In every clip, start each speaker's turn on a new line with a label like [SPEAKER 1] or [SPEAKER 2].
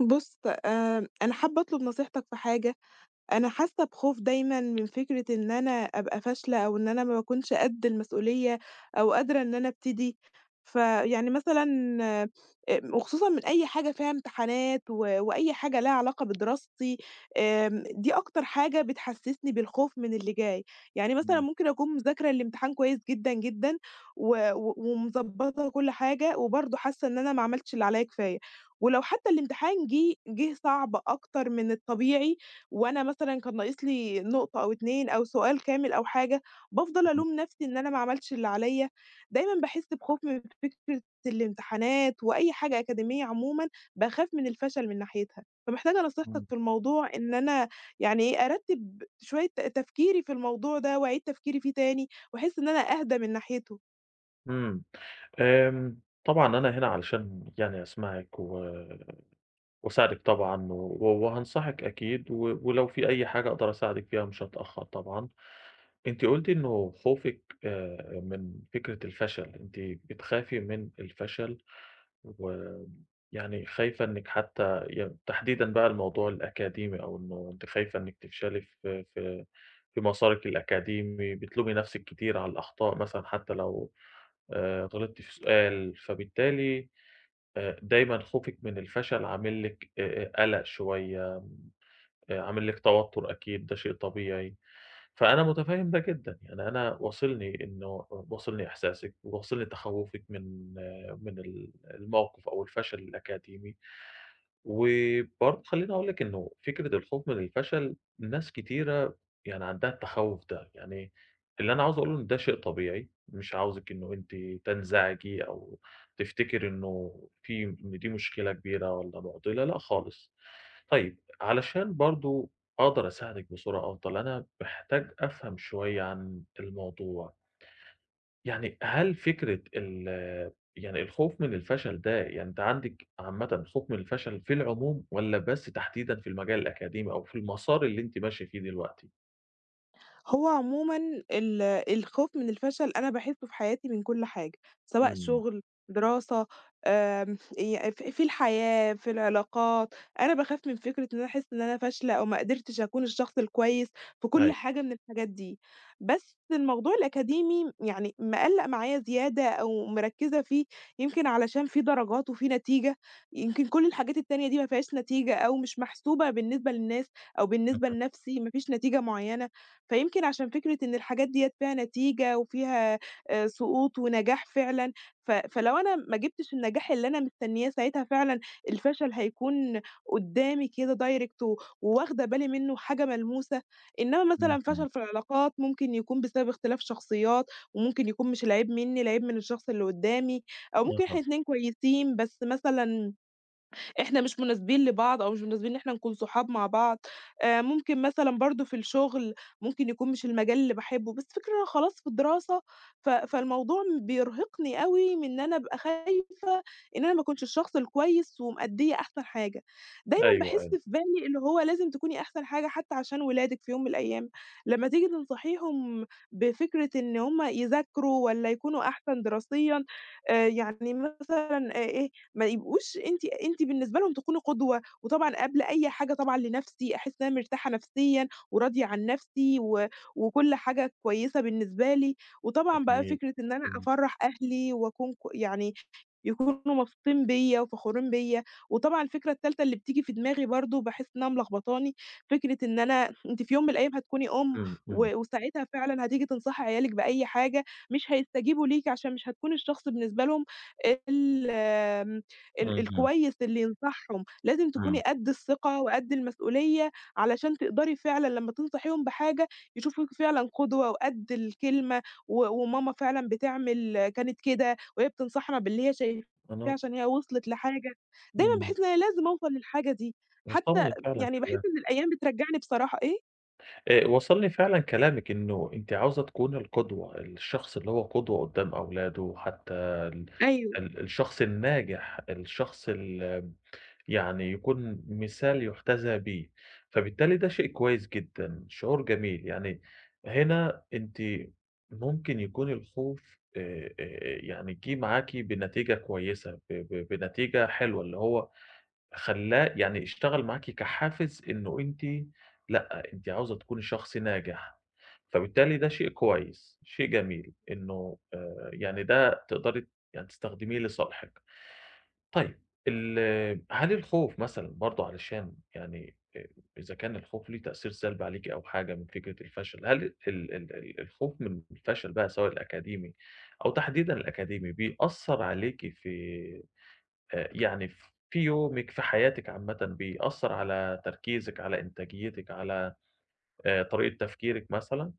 [SPEAKER 1] بُص، أنا حابة أطلب نصيحتك في حاجة. أنا حاسة بخوف دايمًا من فكرة إن أنا أبقى فاشلة أو إن أنا ما باكونش قد المسؤولية أو قادرة إن أنا أبتدي. فيعني مثلًا، آآ وخصوصًا من أي حاجة فيها امتحانات، و وأي حاجة ليها علاقة بدراستي. دي أكتر حاجة بتحسسني بالخوف من اللي جاي. يعني مثلًا
[SPEAKER 2] إمم.
[SPEAKER 1] ممكن أكون مذاكرة الامتحان كويس جدًا، جدًا، و و ومضبطة كل حاجة، وبرضه حاسة إن أنا ما عملتش اللي عليَّ كفاية. ولو حتى الامتحان جه صعب أكتر من الطبيعي، وأنا مثلًا كان ناقص لي نقطة أو 2 أو سؤال كامل أو حاجة، بافضل
[SPEAKER 2] اهم.
[SPEAKER 1] ألوم نفسي إن أنا ما عملتش اللي عليّا. دايمًا باحس بخوف من فكرة الامتحانات وأي حاجة أكاديمية عمومًا، باخاف من الفشل من ناحيتها. فمحتاجة نصيحتك
[SPEAKER 2] إمم.
[SPEAKER 1] في الموضوع، إن أنا يعني إيه، أرتّب شوية تفكيري في الموضوع ده وأعيد تفكيري فيه تاني، واحس إن أنا أهدى من ناحيته.
[SPEAKER 2] إمم. طبعًا أنا هنا علشان يعني أسمعِك و وأساعدِك طبعًا و وهانصحِك أكيد و ولو في أي حاجة أقدر أساعدِك فيها مش هاتأخر طبعًا. أنتِ قُلتِ إنه خوفِك من فكرة الفشل، أنتِ بتخافي من الفشل ويعني خايفة إنِّك حتى تحديدًا بقى الموضوع الأكاديمي، أو إنه أنتِ خايفة إنِّك تفشلي في مسارِك الأكاديمي، بتلومي نَفْسِك كتير على الأخطاء مثلًا حتى لو غلطتِ في سؤال، فبالتالي دايمًا خوفِك من الفشل عامل لِك قَلَق شوية، عامل لِك توتُّر أكيد، ده شيء طبيعي. فأنا متفهّم ده جدًا، يعني أنا واصلني إحساسِك، وواصلني تخوّفِك من الموقف أو الفشل الأكاديمي، وبرضه خلّيني أقول لِك إنه فكرة الخوف من الفشل ناس كتيرة يعني عندها التخوّف ده، يعني اللي أنا عاوز أقوله إن ده شيء طبيعي، مش عاوزِك إنه أنتِ تنزعجي أو تفتكري إنه في إن دي مشكلة كبيرة والّا مُعضلة، لأ خالص. طيب علشان برضه أقدر أساعدِك بصورة أفضل، أنا محتاج أفهم شوية عن الموضوع، يعني هل فكرة يعني الخوف من الفشل ده، يعني أنتِ عندِك عامةً خوف من الفشل في العموم والّا بس تحديدًا في المجال الأكاديمي أو في المسار اللي أنتِ ماشية فيه دلوقتي؟
[SPEAKER 1] هو عمومًا ال الخوف من الفشل أنا باحسه في حياتي من كل حاجة، سواء
[SPEAKER 2] إمم.
[SPEAKER 1] شغل، دراسة، ي ف في الحياة، في العلاقات. أنا باخاف من فكرة إن أنا أحس إن أنا فاشلة أو ما قدرتش أكون الشخص الكويس في كل
[SPEAKER 2] أيوه.
[SPEAKER 1] حاجة من الحاجات دي. بس الموضوع الأكاديمي يعني مقلّق معايا زيادة أو مركّزة فيه. يمكن علشان في درجات وفي نتيجة، يمكن كل الحاجات التانية دي ما فيهاش نتيجة، أو مش محسوبة بالنسبة للناس أو بالنسبة لنَفْسي، ما فيش نتيجة معيّنة. فيمكن عشان فكرة إن الحاجات ديّة فيها نتيجة، وفيها سقوط ونجاح فعلًا. فلو أنا ما جِبتش النجاح اللي أنا مستنياه، ساعتها فعلًا الفشل هيكون قدّامي كده direct، وواخدة بالي منّه حاجة ملموسة. إنّما
[SPEAKER 2] اهم.
[SPEAKER 1] مثلًا
[SPEAKER 2] اهم.
[SPEAKER 1] فشل في العلاقات ممكن يكون بسبب اختلاف شخصيات، وممكن يكون مش العيب منّي، العيب من الشخص اللي قدّامي، أو ممكن إحنا
[SPEAKER 2] أها.
[SPEAKER 1] الاتنين كويسين، بس مثلًا إحنا مش مناسبين لبعض أو مش مناسبين إن إحنا نكون صحاب مع بعض. ممكن مثلًا برضه في الشغل، ممكن يكون مش المجال اللي باحبه. بس الفكرة أنا خلاص في الدراسة، فالموضوع بيرهقني أوي، من إن أنا أبقى خايفة إن أنا ما أكونش الشخص الكويس ومأدية أحسن حاجة. دايمًا
[SPEAKER 2] أيوه.
[SPEAKER 1] باحس
[SPEAKER 2] أيوه.
[SPEAKER 1] في بالي اللي هو لازم تكوني أحسن حاجة، حتى عشان ولادِك في يوم من الأيام، لمّا تيجي تنصحيهم بفكرة إن هم يذاكروا والّا يكونوا أحسن دراسيًا. يعني مثلًا، ما يبقوش أنتِ بالنسبة لهم تكوني قدوة. وطبعًا قبل أي حاجة، طبعًا لنفسي أحس إن أنا مرتاحة نفسيًا وراضية عن نفسي، و وكل حاجة كويسة بالنسبة لي. وطبعًا بقى
[SPEAKER 2] جميل.
[SPEAKER 1] فكرة إن أنا
[SPEAKER 2] إمم.
[SPEAKER 1] أفرّح أهلي وأكون، يعني يكونوا مبسوطين بيّا وفخورين بيّا. وطبعًا الفكرة التالتة اللي بتيجي في دماغي برضه باحس إنها ملخبطاني، فكرة إن أنتِ في يوم من الأيام هتكوني أُم،
[SPEAKER 2] إمم. إمم.
[SPEAKER 1] وساعتها فعلًا هتيجي تنصحي عيالِك بأي حاجة، مش هيستجيبوا ليكِ، عشان مش هتكوني الشخص بالنسبة لهم ال آمم، ال
[SPEAKER 2] اهم.
[SPEAKER 1] الكويس اللي ينصحهم. لازم تكوني
[SPEAKER 2] إمم.
[SPEAKER 1] قد الثقة وقد المسؤولية، علشان تقدري فعلًا لمّا تنصحيهم بحاجة يشوفوكِ فعلًا قدوة وقد الكلمة. وماما فعلًا بتعمل كانت كده، وهي بتنصحنا باللي هي شايفاه،
[SPEAKER 2] أنا
[SPEAKER 1] عشان هي وصلت لحاجة. دايمًا
[SPEAKER 2] إمم،
[SPEAKER 1] باحس إن أنا لازم أوصل للحاجة دي، حتى
[SPEAKER 2] وصلني فعلًا
[SPEAKER 1] يعني باحس
[SPEAKER 2] كلامِك.
[SPEAKER 1] إن الأيام بترجّعني بصراحة إيه؟
[SPEAKER 2] وصلني فعلًا كلامِك إنه أنتِ عاوزة تكوني القدوة، الشخص اللي هو قدوة قدّام أولاده، حتى ال
[SPEAKER 1] أيوه.
[SPEAKER 2] ال الشخص الناجح، الشخص يعني يكون مثال يُحتذى بيه، فبالتالي ده شيء كويس جدًا، شعور جميل، يعني هنا أنتِ ممكن يكون الخوف يعني جِه معاكِ بنتيجة كويسة، ب ب بنتيجة حلوة، اللي هو خلّاه يعني اشتغل معاكِ كحافز، إنه أنتِ لأ، أنتِ عاوزة تكوني شخص ناجح، فبالتالي ده شيء كويس، شيء جميل، إنه يعني ده تقدري يعني تستخدميه لصالحِك. طيب ال هل الخوف مثلًا برضه علشان يعني إذا كان الخوف ليه تأثير سلبي عليكِ أو حاجة من فكرة الفشل، هل ال ال ال الخوف من الفشل بقى سواء الأكاديمي أو تحديدًا الأكاديمي، بيأثّر عليكِ في يعني في يومِك، في حياتِك عامةً، بيأثّر على تركيزِك، على إنتاجيتِك، على طريقة تفكيرِك مثلًا؟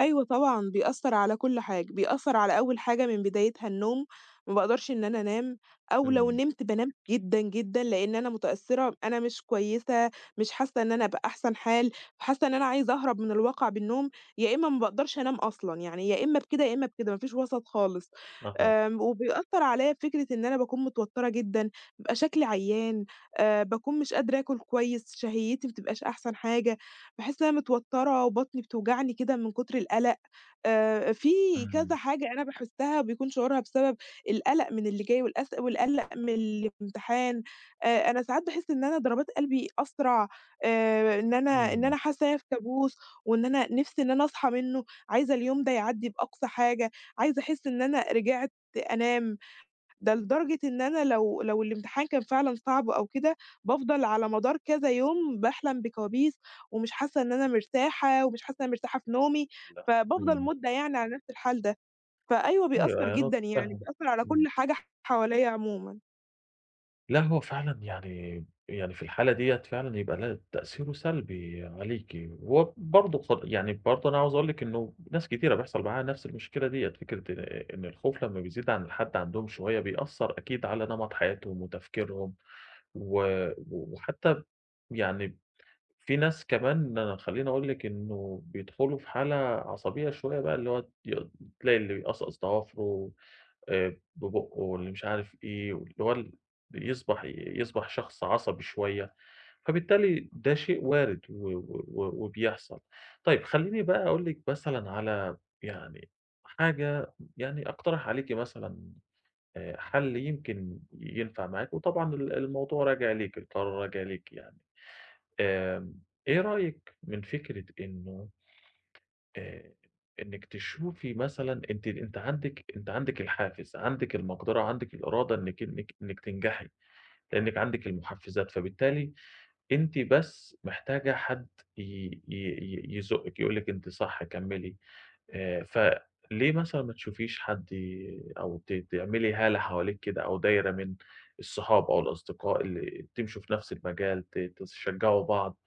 [SPEAKER 1] أيوه طبعًا، بيأثّر على كل حاجة. بيأثّر على أول حاجة من بدايتها، النوم. ما باقدرش إن أنا أنام، أو لو
[SPEAKER 2] إمم.
[SPEAKER 1] نمت بانام جدًا، جدًا، لإن أنا متأثّرة، أنا مش كويسة، مش حاسّة إن أنا بأحسن حال، حاسّة إن أنا عايزة أهرب من الواقع بالنوم. يا إمّا ما باقدرش أنام أصلًا، يعني يا إمّا بكده، يا إمّا بكده، ما فيش وسط خالص.
[SPEAKER 2] أها.
[SPEAKER 1] وبيأثّر عليَّ بفكرة إن أنا باكون متوتّرة جدًا، بيبقى شكلي عيّان، باكون مش قادرة آكل كويس، شهيّتي ما بتبقاش أحسن حاجة. باحس إن أنا متوتّرة وبطني بتوجعني كده من كتر القلق. في
[SPEAKER 2] إمم.
[SPEAKER 1] كذا حاجة أنا باحسّها بيكون شعورها بسبب القلق من اللي جاي، والقلق من الامتحان. أنا ساعات باحس إن أنا ضربات قلبي أسرع، إن
[SPEAKER 2] إمم.
[SPEAKER 1] أنا حاسّة إن أنا في كابوس، وإن أنا نِفْسي إن أنا أصحى منّه، عايزة اليوم ده يعدّي بأقصى حاجة، عايزة أحس إن أنا رجعت أنام. ده لدرجة إن أنا، لو الامتحان كان فعلًا صعب أو كده، بافضل على مدار كذا يوم باحلم بكوابيس، ومش حاسة إن أنا مرتاحة، ومش حاسة إن أنا مرتاحة في نومي.
[SPEAKER 2] لأ.
[SPEAKER 1] فبافضل
[SPEAKER 2] إمم.
[SPEAKER 1] مدة يعني على نفس الحال ده. فأيوه بيأثّر
[SPEAKER 2] أيوه. أنا
[SPEAKER 1] جدًا يعني،
[SPEAKER 2] متفهم.
[SPEAKER 1] بيأثّر على كل
[SPEAKER 2] إمم.
[SPEAKER 1] حاجة حواليّا عمومًا.
[SPEAKER 2] لأ، هو فعلًا يعني في الحالة ديّة فعلًا يبقى لا، تأثيره سلبي عليكِ، وبرضه يعني برضه أنا عاوز أقول لِك إنه ناس كتيرة بيحصل معاها نفس المشكلة ديّة، فكرة إن الخوف لمّا بيزيد عن الحد عندهم شوية، بيأثّر أكيد على نمط حياتهم وتفكيرهم و وحتى يعني في ناس كمان، انا خلّيني أقول لِك إنه بيدخلوا في حالة عصبية شوية بقى، اللي هو تلاقي اللي بيقصقص ضوافره، ببُقُّه واللي مش عارف إيه، واللي هو يصبح شخص عصبي شوية، فبالتالي ده شيء وارد و و و وبيحصل. طيب خلّيني بقى أقول لِك مثلًا على يعني حاجة، يعني أقترح عليكِ مثلًا حَل يمكن ينفع معاك، وطبعًا الموضوع راجع ليك، القرار راجع ليك يعني. آمم، إيه رأيِك من فكرة إنه آآ إنِّك تشوفي مثلًا، أنتِ عندِك الحافز، عندِك المقدرة، عندِك الإرادة إنِّك تنجحي، لإنِّك عندِك المحفّزات، فبالتالي أنتِ بس محتاجة حد ي ي ي يزُقِّك، يقول لِك أنتِ صح كمّلي. فليه مثلًا ما تشوفيش حد أو تعملي هالة حواليكِ كده أو دايرة من الصحاب أو الأصدقاء اللي تمشوا في نفس المجال، تشجّعوا بعض،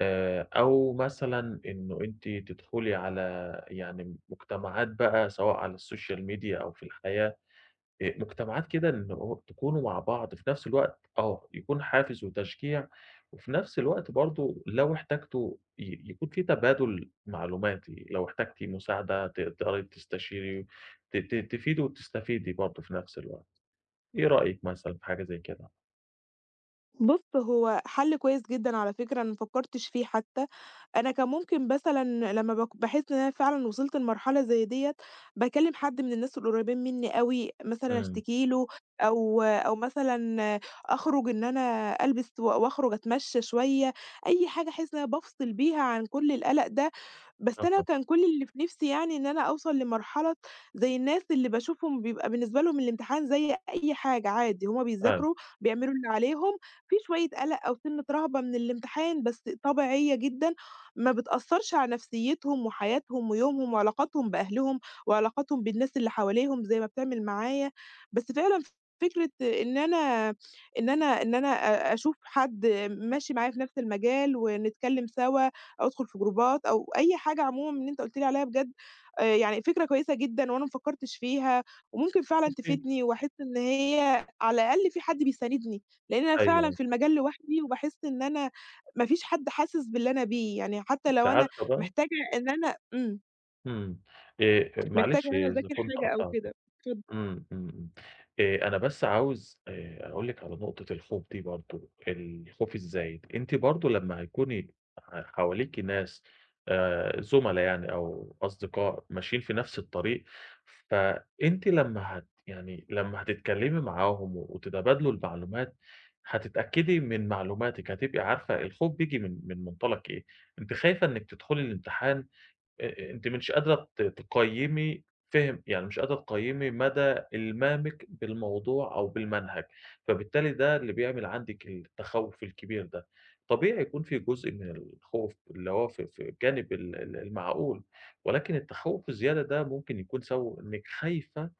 [SPEAKER 2] أو مثلًا إنه أنتِ تدخلي على يعني مجتمعات بقى سواء على السوشيال ميديا أو في الحياة، مجتمعات كده، إن هو تكونوا مع بعض في نفس الوقت يكون حافز وتشجيع، وفي نفس الوقت برضه لو احتجتوا يكون في تبادل معلوماتي، لو احتجتِ مساعدة تقدري تستشيري، ت ت تفيدي وتستفيدي برضه في نفس الوقت، إيه رأيِك مثلًا في حاجة زي كده؟
[SPEAKER 1] بُص، هو حَل كويس جدًا على فكرة، أنا ما فكّرتش فيه حتّى. أنا كان ممكن مثلًا لمّا باحس إن أنا فعلًا وصلت لمرحلة زي ديّة، باكلّم حد من الناس القريّبين منّي أوي، مثلًا
[SPEAKER 2] إمم.
[SPEAKER 1] أشتكي له، أو مثلًا أخرج، إن أنا ألبس وأخرج أتمشّى شوية، أي حاجة أحس إن أنا بافصل بيها عن كل القلق ده. بس أنا
[SPEAKER 2] أها.
[SPEAKER 1] كان كل اللي في نِفْسي يعني إن أنا أوصل لمرحلة زي الناس اللي باشوفهم بيبقى بالنسبة لهم الامتحان زي أي حاجة عادي. هُم
[SPEAKER 2] آه.
[SPEAKER 1] بيذاكروا، بيعملوا اللي عليهم، في شوية قلق أو سِنّة رهبة من الامتحان، بس طبيعية جدًا، ما بتأثّرش على نفسيّتهم وحياتهم ويومهم وعلاقاتهم بأهلهم وعلاقاتهم بالناس اللي حواليهم زي ما بتعمل معايا. بس فعلًا فكرة إن أنا، إن أنا إن أنا أشوف حد ماشي معايا في نفس المجال ونتكلّم سوا، أو أدخل في جروبات أو أي حاجة عمومًا من اللي أنت قُلت لي عليها، بجد يعني فكرة كويسة جدًا وأنا ما فكّرتش فيها، وممكن فعلًا
[SPEAKER 2] اوكي.
[SPEAKER 1] تفيدني، وأحس إن هي على الأقل في حد بيساندني، لإن أنا فعلًا
[SPEAKER 2] أيوه.
[SPEAKER 1] في المجال لوحدي، وباحس إن أنا ما فيش حد حاسس باللي أنا بيه. يعني حتى
[SPEAKER 2] أنتِ
[SPEAKER 1] لو أنا
[SPEAKER 2] عارفة بقى.
[SPEAKER 1] محتاجة إن أنا إمم،
[SPEAKER 2] إمم،
[SPEAKER 1] محتاجة
[SPEAKER 2] معلش
[SPEAKER 1] إن أنا
[SPEAKER 2] إذا
[SPEAKER 1] أذاكر
[SPEAKER 2] كنت
[SPEAKER 1] حاجة أو
[SPEAKER 2] قطعت.
[SPEAKER 1] كده. اتفضل.
[SPEAKER 2] إمم. إمم. إمم. أنا بس عاوز أقول لِك على نقطة الخوف دي برضه، الخوف الزايد. أنتِ برضه لمّا هيكوني حواليكِ ناس زُملا يعني أو أصدقاء ماشيين في نفس الطريق، فأنتِ لمّا هت يعني لمّا هتتكلّمي معاهم وتتبادلوا المعلومات، هتتأكدي من معلوماتِك، هتبقي عارفة الخوف بييجي من منطلق إيه. أنتِ خايفة إنِّك تدخلي الامتحان، أنتِ مش قادرة تقيّمي فهم، يعني مش قادرة تقيّمي مدى إلمامِك بالموضوع أو بالمنهج، فبالتالي ده اللي بيعمل عندِك التخوُّف الكبير ده. طبيعي يكون في جزء من الخوف اللي هو في الجانب ال ال المعقول، ولكن التخوُّف الزيادة ده ممكن يكون سببه إنِّك خايفة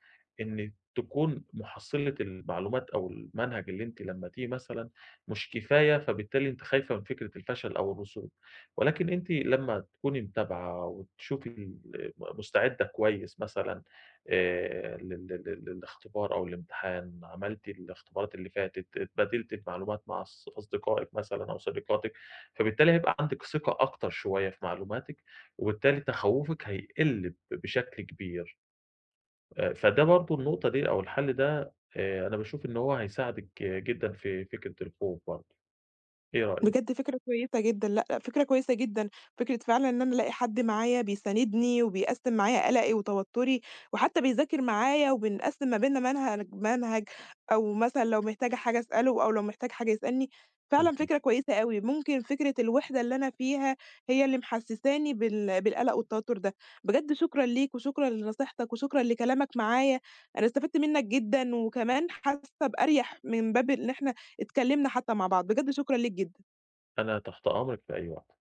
[SPEAKER 2] إن تكون محصّلة المعلومات أو المنهج اللي أنتِ لمّّاتيه مثلًا مش كفاية، فبالتالي أنتِ خايفة من فكرة الفشل أو الرسوب. ولكن أنتِ لمّا تكوني متابعة وتشوفي ال م مستعدة كويس مثلًا لل لل للاختبار أو الامتحان، عملتِ الاختبارات اللي فاتت، اتبادلتِ المعلومات مع أصدقائِك مثلًا أو صديقاتِك، فبالتالي هيبقى عندِك ثقة أكتر شوية في معلوماتِك، وبالتالي تخوّفِك هيقل بشكل كبير. فده برضه، النقطة دي أو الحل ده، أنا باشوف إن هو هيساعدِك جدًا في فكرة الخوف برضه، إيه رأيِك؟
[SPEAKER 1] بجد فكرة كويسة جدًا، لأ، لأ، فكرة كويسة جدًا، فكرة فعلًا إن أنا ألاقي حد معايا بيساندني وبيقسّم معايا قلقي وتوتُّري، وحتى بيذاكر معايا وبنقسّم ما بيننا منهج منهج، أو مثلًا لو محتاجة حاجة أسأله أو لو محتاج حاجة يسألني. فعلًا
[SPEAKER 2] اهم.
[SPEAKER 1] فكرة كويسة أوي. ممكن فكرة الوحدة اللي أنا فيها هي اللي محسّساني بالقلق والتوتُّر ده. بجد شكرًا ليك، وشكرًا لنصيحتك، وشكرًا لكلامك معايا. أنا استفدت منّك جدًا، وكمان حاسّة بأريح من باب إن إحنا اتكلّمنا حتى مع بعض. بجد شكرًا ليك جدًا.
[SPEAKER 2] أنا تحت أمرِك في أي وقت.